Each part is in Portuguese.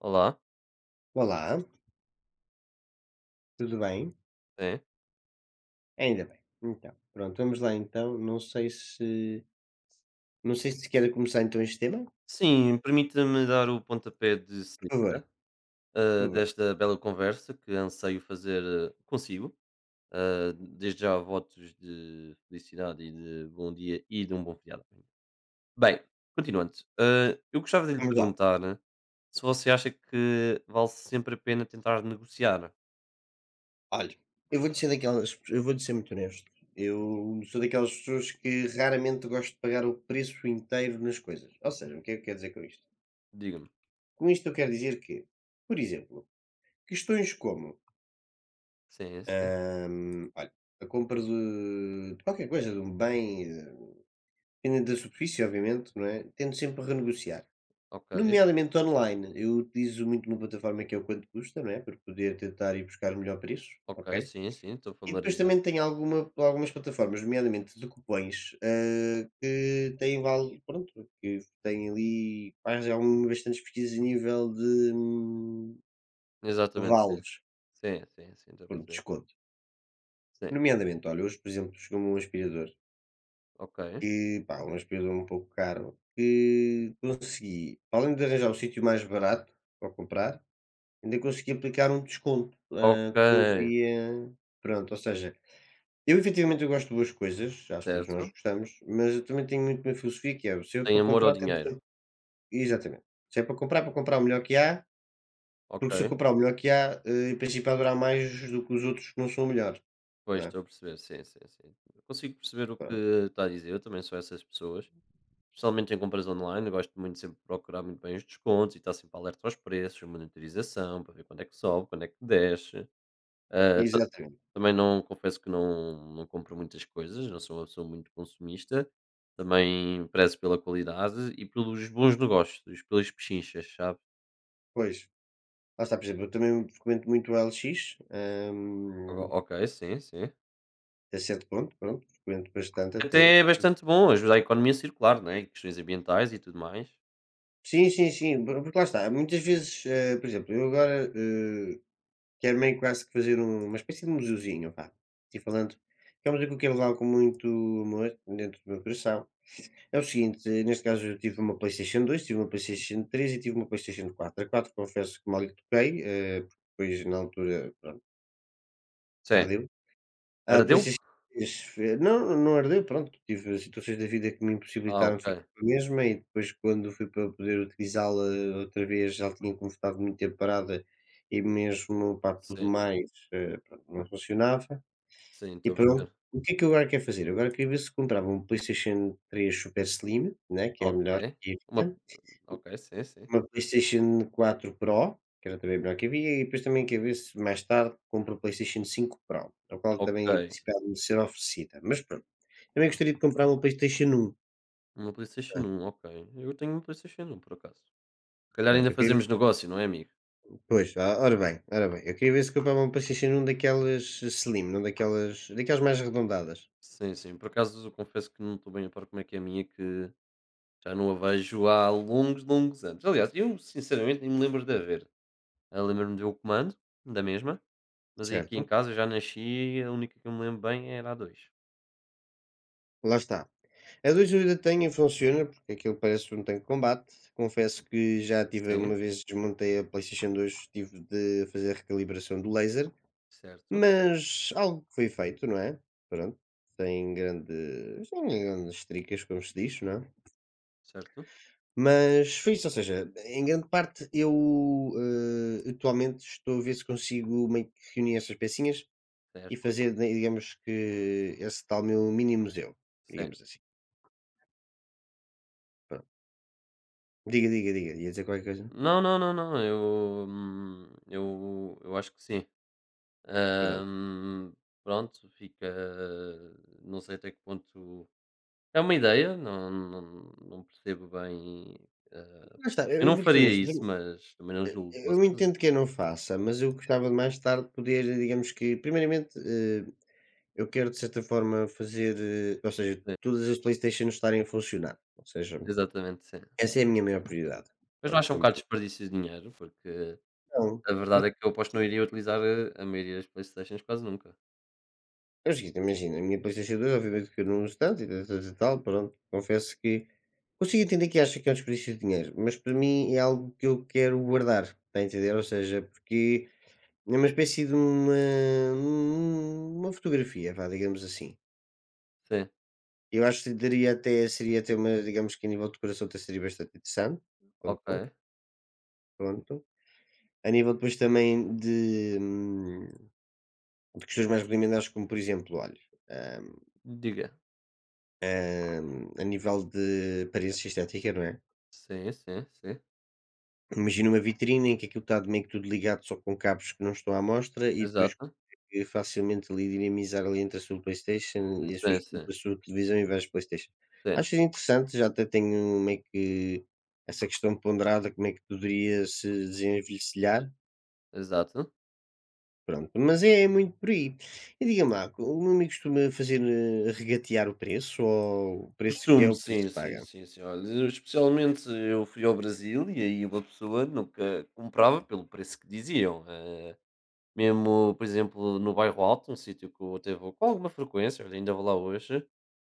Olá, Olá, tudo bem? é. Ainda bem. Então, pronto, vamos lá então. Não sei se quer começar então este tema. Sim, permita-me dar o pontapé de Por favor, saída, por favor. desta bela conversa que anseio fazer, consigo. Desde já votos de felicidade e de bom dia e de um bom feriado. Bem, continuando, eu gostava de lhe Vamos lá. perguntar né, se você acha que vale sempre a pena tentar negociar? Olha, eu vou dizer muito honesto. Eu sou daquelas pessoas que raramente gosto de pagar o preço inteiro nas coisas. Ou seja, o que é que eu quero dizer com isto? Diga-me. Com isto eu quero dizer que, por exemplo, questões como, Sim, sim. Olha, a compra de qualquer coisa, de um bem, dependendo da superfície, obviamente, não é? Tento sempre renegociar. Ok. Nomeadamente online, eu utilizo muito uma plataforma que é o Quanto Custa, não é? Para poder tentar ir buscar o melhor preço, Ok, ok? sim, sim, estou E depois familiarizado. também tem algumas plataformas, nomeadamente de cupões, que têm vale, pronto, que têm ali, faz algumas bastantes pesquisas a nível de Exatamente, vales, sim. Sim, sim, sim, estou a pronto, perceber. desconto. Sim, Nomeadamente, olha, hoje, por exemplo, chegou-me um aspirador, ok. que, pá, um aspirador um pouco caro, que consegui, além de arranjar o sítio mais barato para comprar, ainda consegui aplicar um desconto, Ok. Que eu via pronto, ou seja, eu efetivamente eu gosto de boas coisas, acho que todos nós Certo. gostamos, mas eu também tenho muito uma filosofia que é: se eu Tem para amor ao comprar tenho dinheiro. sempre exatamente, se é para comprar, é para comprar o melhor que há, porque se eu Ok. comprar o melhor que há, em princípio vai durar mais do que os outros que não são o melhor, não Pois, é? estou a perceber. Sim, sim, sim. Consigo perceber o que Pronto, está a dizer. Eu também sou essas pessoas, especialmente em compras online. Eu gosto muito sempre de procurar muito bem os descontos e estar sempre alerta aos preços, monitorização, para ver quando é que sobe, quando é que desce. Ah, ta- exatamente, Também não, confesso que não compro muitas coisas, não sou uma pessoa muito consumista. Também prezo pela qualidade e pelos bons negócios, pelas pechinchas, sabe? pois, lá está, por exemplo, eu também frequento muito a LX, hum, Ok, sim, sim. a certo ponto, pronto, frequento bastante até. Até é bastante bom, ajuda a economia circular, não é? Questões ambientais e tudo mais. Sim, sim, sim, porque lá está, muitas vezes, por exemplo, eu agora quero meio quase que fazer uma espécie de museuzinho, vá, estou falando, que é uma coisa que eu quero levar com muito amor dentro do meu coração. É o seguinte, neste caso eu tive uma PlayStation 2, tive uma PlayStation 3 e tive uma PlayStation 4. A 4, confesso que mal lhe toquei, porque depois na altura, pronto, Sim. ardeu. A Ardeu? PlayStation 3, não, não ardeu, pronto, tive situações da vida que me Ah, impossibilitaram de ok. ficar com a mesma e depois quando fui para poder utilizá-la outra vez já tinha como estado muito tempo parada e mesmo, pá, tudo Sim, mais, pronto, não funcionava sim, e estou a pronto. perceber. O que é que eu agora quero fazer? Eu agora queria ver se comprava um PlayStation 3 Super Slim, né, que é a melhor Ok. que Uma havia. ok, sim, sim. Uma PlayStation 4 Pro, que era também branca que havia, e depois também quer ver se mais tarde compro o PlayStation 5 Pro, ao qual Ok. também em princípio há de me ser oferecida, mas pronto. Também gostaria de comprar uma PlayStation 1. Uma PlayStation hã, 1, ok. Eu tenho uma PlayStation 1, por acaso. Se calhar ainda Pronto, eu queria ver fazemos se negócio, não é, amigo? pois, ora bem, eu queria ver se comprava uma PlayStation 1 daquelas slim, não daquelas mais arredondadas, Sim, sim. Por acaso, eu confesso que não estou bem a par como é que é a minha, que já não a vejo há longos, longos anos. Aliás, eu, sinceramente, nem me lembro de a ver. Eu lembro-me de ver o comando da mesma. Mas aqui em certo? casa eu já nasci, a única que eu me lembro bem era a dois. Lá está. A 2 eu ainda tenho e funciona, porque aquilo parece um tanque de combate. Confesso que já tive Sim. uma vez desmontei a PlayStation 2, tive de fazer a recalibração do laser. Certo, Mas algo que foi feito, não é? Pronto, sem grandes tricas, como se diz, não é? certo, Mas foi isso, ou seja, em grande parte eu, atualmente estou a ver se consigo meio que reunir essas pecinhas e certo. fazer, né, digamos que esse tal meu mini museu, Ce digamos assim. Pronto. Diga, diga, diga, ia dizer qualquer coisa? Não, não, não, não, eu, eu acho que sim. Pronto. Hum, pronto, fica. Não sei até que ponto é uma ideia, não percebo bem. eh, Lá está, eu eu eu não vou dizer faria isso. isso, Eu mas também não eh, julgo você eu fazer. entendo que eu não faça, mas eu gostava de mais tarde poder, digamos que, primeiramente, eu quero de certa forma fazer, ou seja, todas as PlayStations estarem a funcionar, ou seja, Exatamente, sim. essa é a minha maior prioridade. Mas não Pronto, acha um bocado ponto desperdício de dinheiro? Porque 1. a verdade é que eu aposto que não iria utilizar a maioria das PlayStations quase nunca. É o seguinte, imagina, a minha PlayStation 2 obviamente que eu não uso tanto e tal, tal, tal, tal, pronto, confesso que consigo entender que acha que é um desperdício de dinheiro, mas para mim é algo que eu quero guardar, está a entender? Ou seja, porque é uma espécie de uma fotografia, vá, digamos assim. Sim, Eu acho que daria até, seria até digamos que a nível de decoração até seria bastante interessante, pronto. ok. Pronto. A nível depois também de questões mais rudimentares, como por exemplo, olha, hum, Diga. A nível de aparência estética, não é? Sim, sim, sim. Imagina uma vitrine em que aquilo está meio que tudo ligado só com cabos que não estão à mostra e depois Exato. que facilmente ali dinamizar ali entre a sua PlayStation e Sim, sim, a sua televisão e várias PlayStation. sim. Acho interessante, já até tenho meio que essa questão ponderada, como é que poderia se desenvelhar. Exato. Pronto, mas é muito por aí. E diga-me lá, o meu amigo costuma fazer, regatear o preço ou o preço que é Costumo, o sim, preço que sim, paga? sim, sim. Olha, eu especialmente eu fui ao Brasil e aí uma pessoa nunca comprava pelo preço que diziam. Mesmo, por exemplo, no Bairro Alto, um sítio que eu até vou com alguma frequência, olha, ainda vou lá hoje.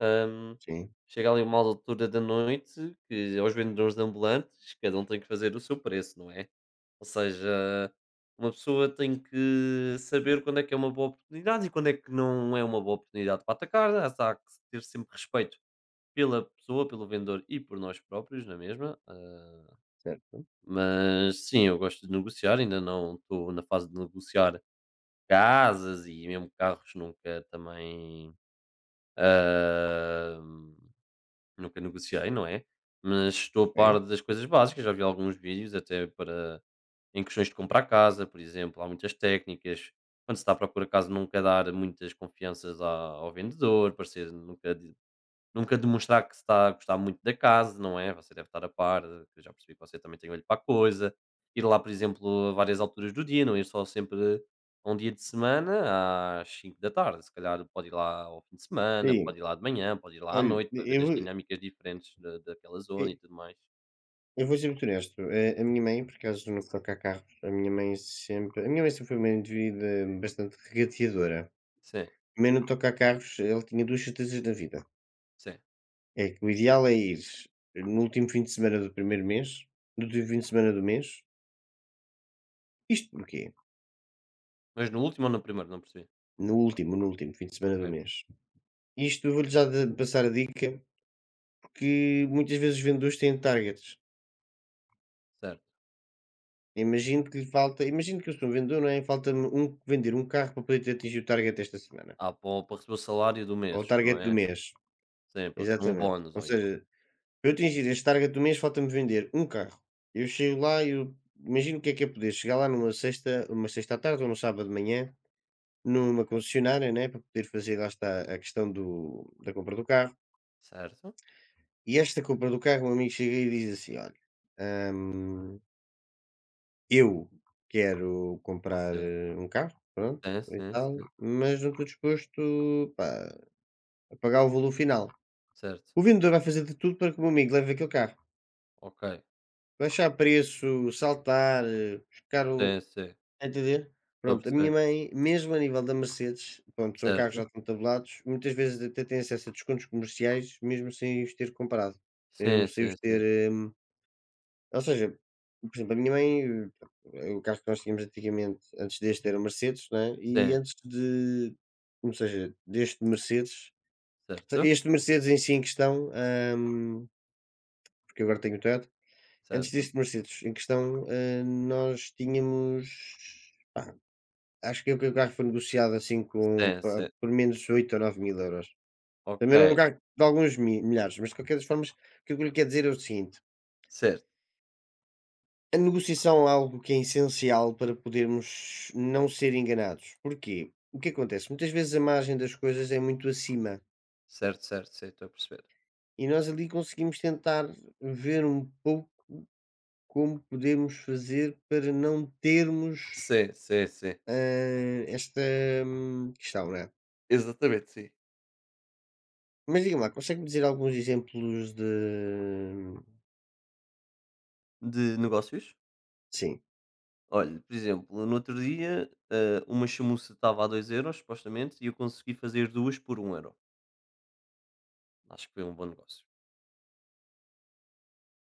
ahm, Sim, Chega ali uma altura da noite que aos vendedores ambulantes cada um tem que fazer o seu preço, não é? Ou seja, uma pessoa tem que saber quando é que é uma boa oportunidade e quando é que não é uma boa oportunidade para atacar. Há que ter sempre respeito pela pessoa, pelo vendedor e por nós próprios, na mesma. Certo, Mas sim, eu gosto de negociar, ainda não estou na fase de negociar casas, e mesmo carros nunca também, ah, nunca negociei, não é? Mas estou a ok. par das coisas básicas, já vi alguns vídeos até para. Em questões de comprar casa, por exemplo, há muitas técnicas. Quando se está à procura de casa, nunca é dar muitas confianças ao vendedor, parecer nunca, nunca demonstrar que se está a gostar muito da casa, não é? Você deve estar a par, que eu já percebi que você também tem olho para a coisa. Ir lá, por exemplo, a várias alturas do dia, não ir só sempre a um dia de semana às 5 da tarde. Se calhar pode ir lá ao fim de semana, Sim, pode ir lá de manhã, pode ir lá à olha, noite para ver as dinâmicas diferentes da, daquela zona e e- tudo mais. eu vou ser muito honesto. A minha mãe, por acaso, no que toca a carros, a minha mãe sempre. A minha mãe sempre foi uma indivídua bastante regateadora. Sim, Mas no que toca a carros, ela tinha duas certezas na vida. sim. É que o ideal é ir no último fim de semana do primeiro mês, no último fim de semana do mês. Isto porquê? Mas no último ou no primeiro? Não percebi. No último, no último fim de semana do Ok. mês. Isto eu vou-lhe já da passar a dica, porque muitas vezes os vendedores têm targets. Certo. Imagino que eu sou um vendedor, não é? Falta-me um vender um carro para poder atingir o target desta semana, Ah, para para receber o salário do ou mês, o não target do é? mês, Hum. Sim, para receber um exatamente. bónus Ou ou isso. seja, para eu atingir este target do mês falta-me vender um carro. Eu chego lá e eu imagino o que é poder chegar lá numa sexta à tarde ou num sábado de manhã, numa concessionária, né, para poder fazer lá está a questão do da compra do carro. Certo. E esta compra do carro, um amigo chega e diz assim: "Olha, hum, eu quero comprar Sim, um carro, pronto, sim, e sim, tal, sim. mas não estou disposto, pá, a pagar o valor final." Certo. O vendedor vai fazer de tudo para que o meu amigo leve aquele carro. Ok. Baixar preço, saltar, buscar o. Sim, sim. A entender? Estou a Pronto, a minha perceber. mãe, mesmo a nível da Mercedes, pronto, são carros já Certo. estão tabulados, muitas vezes até tem acesso a descontos comerciais, mesmo sem os ter comprado, mesmo Sim, sem sim, os ter. sim. eh, Ou seja, por exemplo, a minha mãe, o carro que nós tínhamos antigamente, antes deste era o Mercedes, né? E Sim. antes de, ou seja, deste Mercedes, Certo. este Mercedes em si em questão, porque agora tenho o Toyota, antes Certo. deste Mercedes em questão, nós tínhamos, pá, acho que o carro foi negociado assim com, Sim, sim. por menos 8 ou 9 mil euros. Ok. Também era um carro de alguns milhares, mas de qualquer das formas, o que eu lhe quero dizer é o seguinte, Certo. a negociação é algo que é essencial para podermos não ser enganados. Porquê? O que acontece? Muitas vezes a margem das coisas é muito acima Certo, certo, sim, estou a perceber. e nós ali conseguimos tentar ver um pouco como podemos fazer para não termos Sim, sim, sim. Esta questão, né? Exatamente, sim. Mas diga-me lá, consegue-me dizer alguns exemplos de. De negócios? Sim, Olha, por exemplo, no outro dia, uma chamuça estava a 2 euros, supostamente, e eu consegui fazer duas por 1 euro. Acho que foi um bom negócio.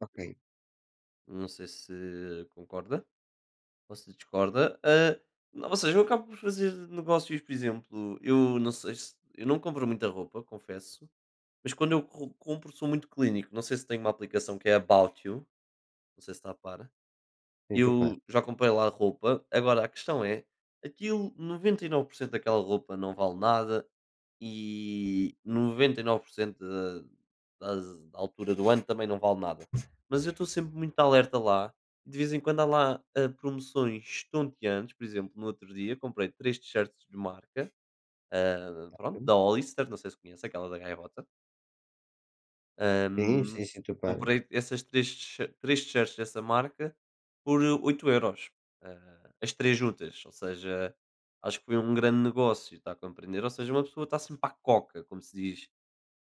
ok. Não sei se concorda ou se discorda. Não, ou seja, eu acabo por fazer negócios. Por exemplo, eu não sei, se eu não compro muita roupa, confesso, mas quando eu compro sou muito clínico. Não sei se tem uma aplicação que é About You, não sei se está a par. Sim, estou a par. Eu já comprei lá roupa, agora a questão é, aquilo 99% daquela roupa não vale nada e 99% da das da altura do ano também não vale nada. Mas eu estou sempre muito alerta lá, de vez em quando há lá, promoções estonteantes, por exemplo, no outro dia comprei 3 t-shirts de marca, pronto, da Hollister, não sei se conhece, aquela da gaivota. Sim, Ahm, sim, sim, estou a par. Comprei essas 3 t-shirts dessa marca por 8€, ah, as 3 juntas, ou seja, acho que foi um grande negócio, está a compreender? Ou seja, uma pessoa está sempre à coca, como se diz,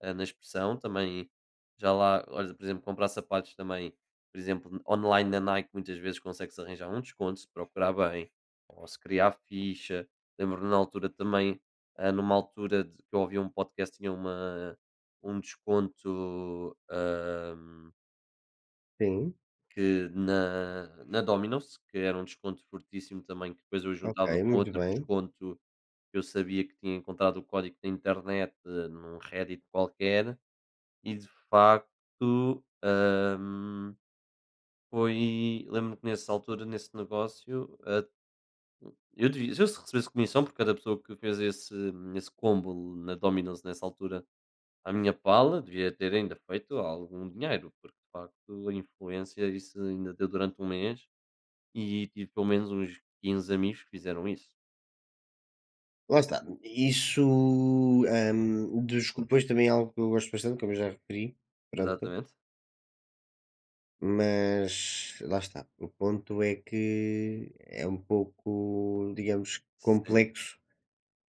na expressão. Também já lá, olha, por exemplo, comprar sapatos também, por exemplo, online na Nike muitas vezes consegue-se arranjar um desconto se procurar bem, ou se criar ficha. Lembro na altura também, numa altura que eu ouvi um podcast, tinha uma, um desconto, Sim, que na, na Domino's, que era um desconto fortíssimo também, que depois eu ok, juntava com muito outro bem. desconto que eu sabia que tinha encontrado o código na internet, num Reddit qualquer, e de facto, hum, foi, lembro-me que nessa altura, nesse negócio, eu devia, se eu recebesse comissão por cada pessoa que fez esse esse combo na Domino's nessa altura, a minha pala, devia ter ainda feito algum dinheiro, porque de facto a influência isso ainda deu durante um mês e tive pelo menos uns 15 amigos que fizeram isso. Lá está, isso, dos grupões também é algo que eu gosto bastante, como eu já referi, pronto, Exatamente. mas lá está, o ponto é que é um pouco, digamos, Sim, complexo.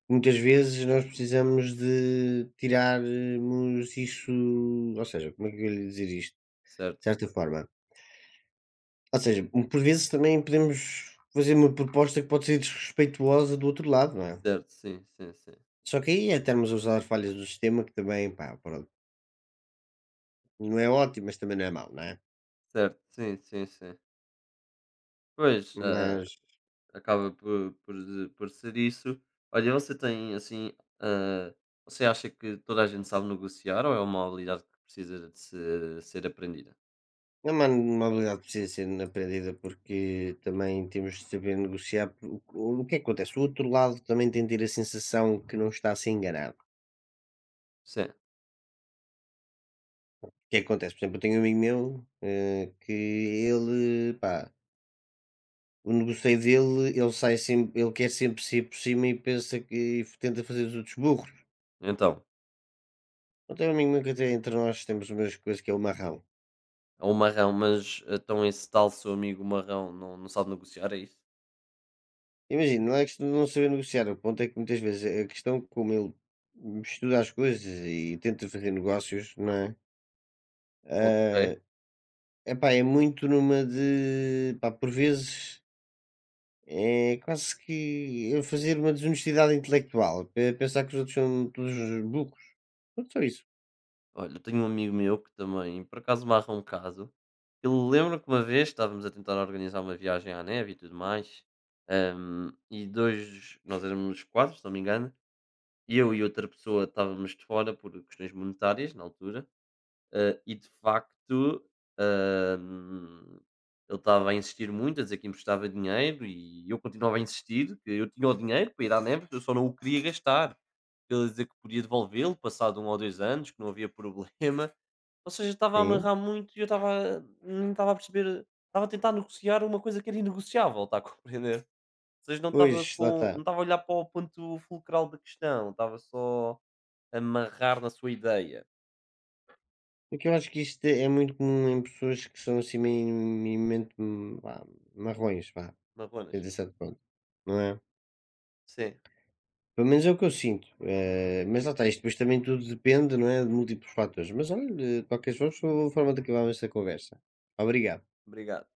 Muitas vezes nós precisamos de tirarmos isso, ou seja, como é que eu lhe dizer isto? De certo. certa forma. Ou seja, por vezes também podemos fazer uma proposta que pode ser desrespeituosa do outro lado, não é? Certo, sim, sim, sim. Só que aí é estarmos a usar falhas do sistema que também, pá, pronto. Não é ótimo, mas também não é mau, não é? Certo, sim, sim, sim. Pois, Mas acaba por ser isso. Olha, você tem assim, ah, você acha que toda a gente sabe negociar ou é uma habilidade que precisa de ser aprendida? é uma habilidade que precisa ser aprendida, porque também temos de saber negociar o que é que acontece. O outro lado também tem de ter a sensação que não está a ser enganado. Sim. O que é que acontece? Por exemplo, eu tenho um amigo meu, que ele, pá, o negócio dele, ele sai sempre, ele quer sempre sair por cima e pensa que e tenta fazer os outros burros. Então, Eu tenho um amigo meu que até entre nós temos umas coisas que é o marrão. é um marrão, mas então esse tal seu amigo marrão não sabe negociar, é isso? Imagina, não é questão de não saber negociar, o ponto é que muitas vezes é a questão como ele estuda as coisas e tenta fazer negócios, não é? Ok. Ah, epá, é muito numa de, pá, por vezes é quase que eu fazer uma desonestidade intelectual, pensar que os outros são todos burros, não só isso. Olha, eu tenho um amigo meu que também, por acaso, marra um caso. Ele lembra que uma vez estávamos a tentar organizar uma viagem à neve e tudo mais. E dois, nós éramos quatro, se não me engano. E eu e outra pessoa estávamos de fora por questões monetárias, na altura, e de facto, hã, ele estava a insistir muito, a dizer que emprestava dinheiro e eu continuava a insistir que eu tinha o dinheiro para ir à Neves, eu só não o queria gastar. Ele a dizer que podia devolvê-lo passado 1 ou 2 anos, que não havia problema. Ou seja, estava a Sim, amarrar muito e eu estava a- nem estava a perceber, estava a tentar negociar uma coisa que era inegociável, está a compreender? Ou seja, não estava, pois, lá com está. não estava a olhar para o ponto fulcral da questão, estava só a amarrar na sua ideia. Porque eu acho que isto é muito comum em pessoas que são assim minimamente, vá, marrões, vá, Marronas, sim. até certo ponto, não é? Sim, Pelo menos é o que eu sinto, mas lá está, isto depois também tudo depende, não é, de múltiplos fatores. Mas olha, de qualquer forma, foi uma boa forma de acabarmos esta conversa. Obrigado. obrigado.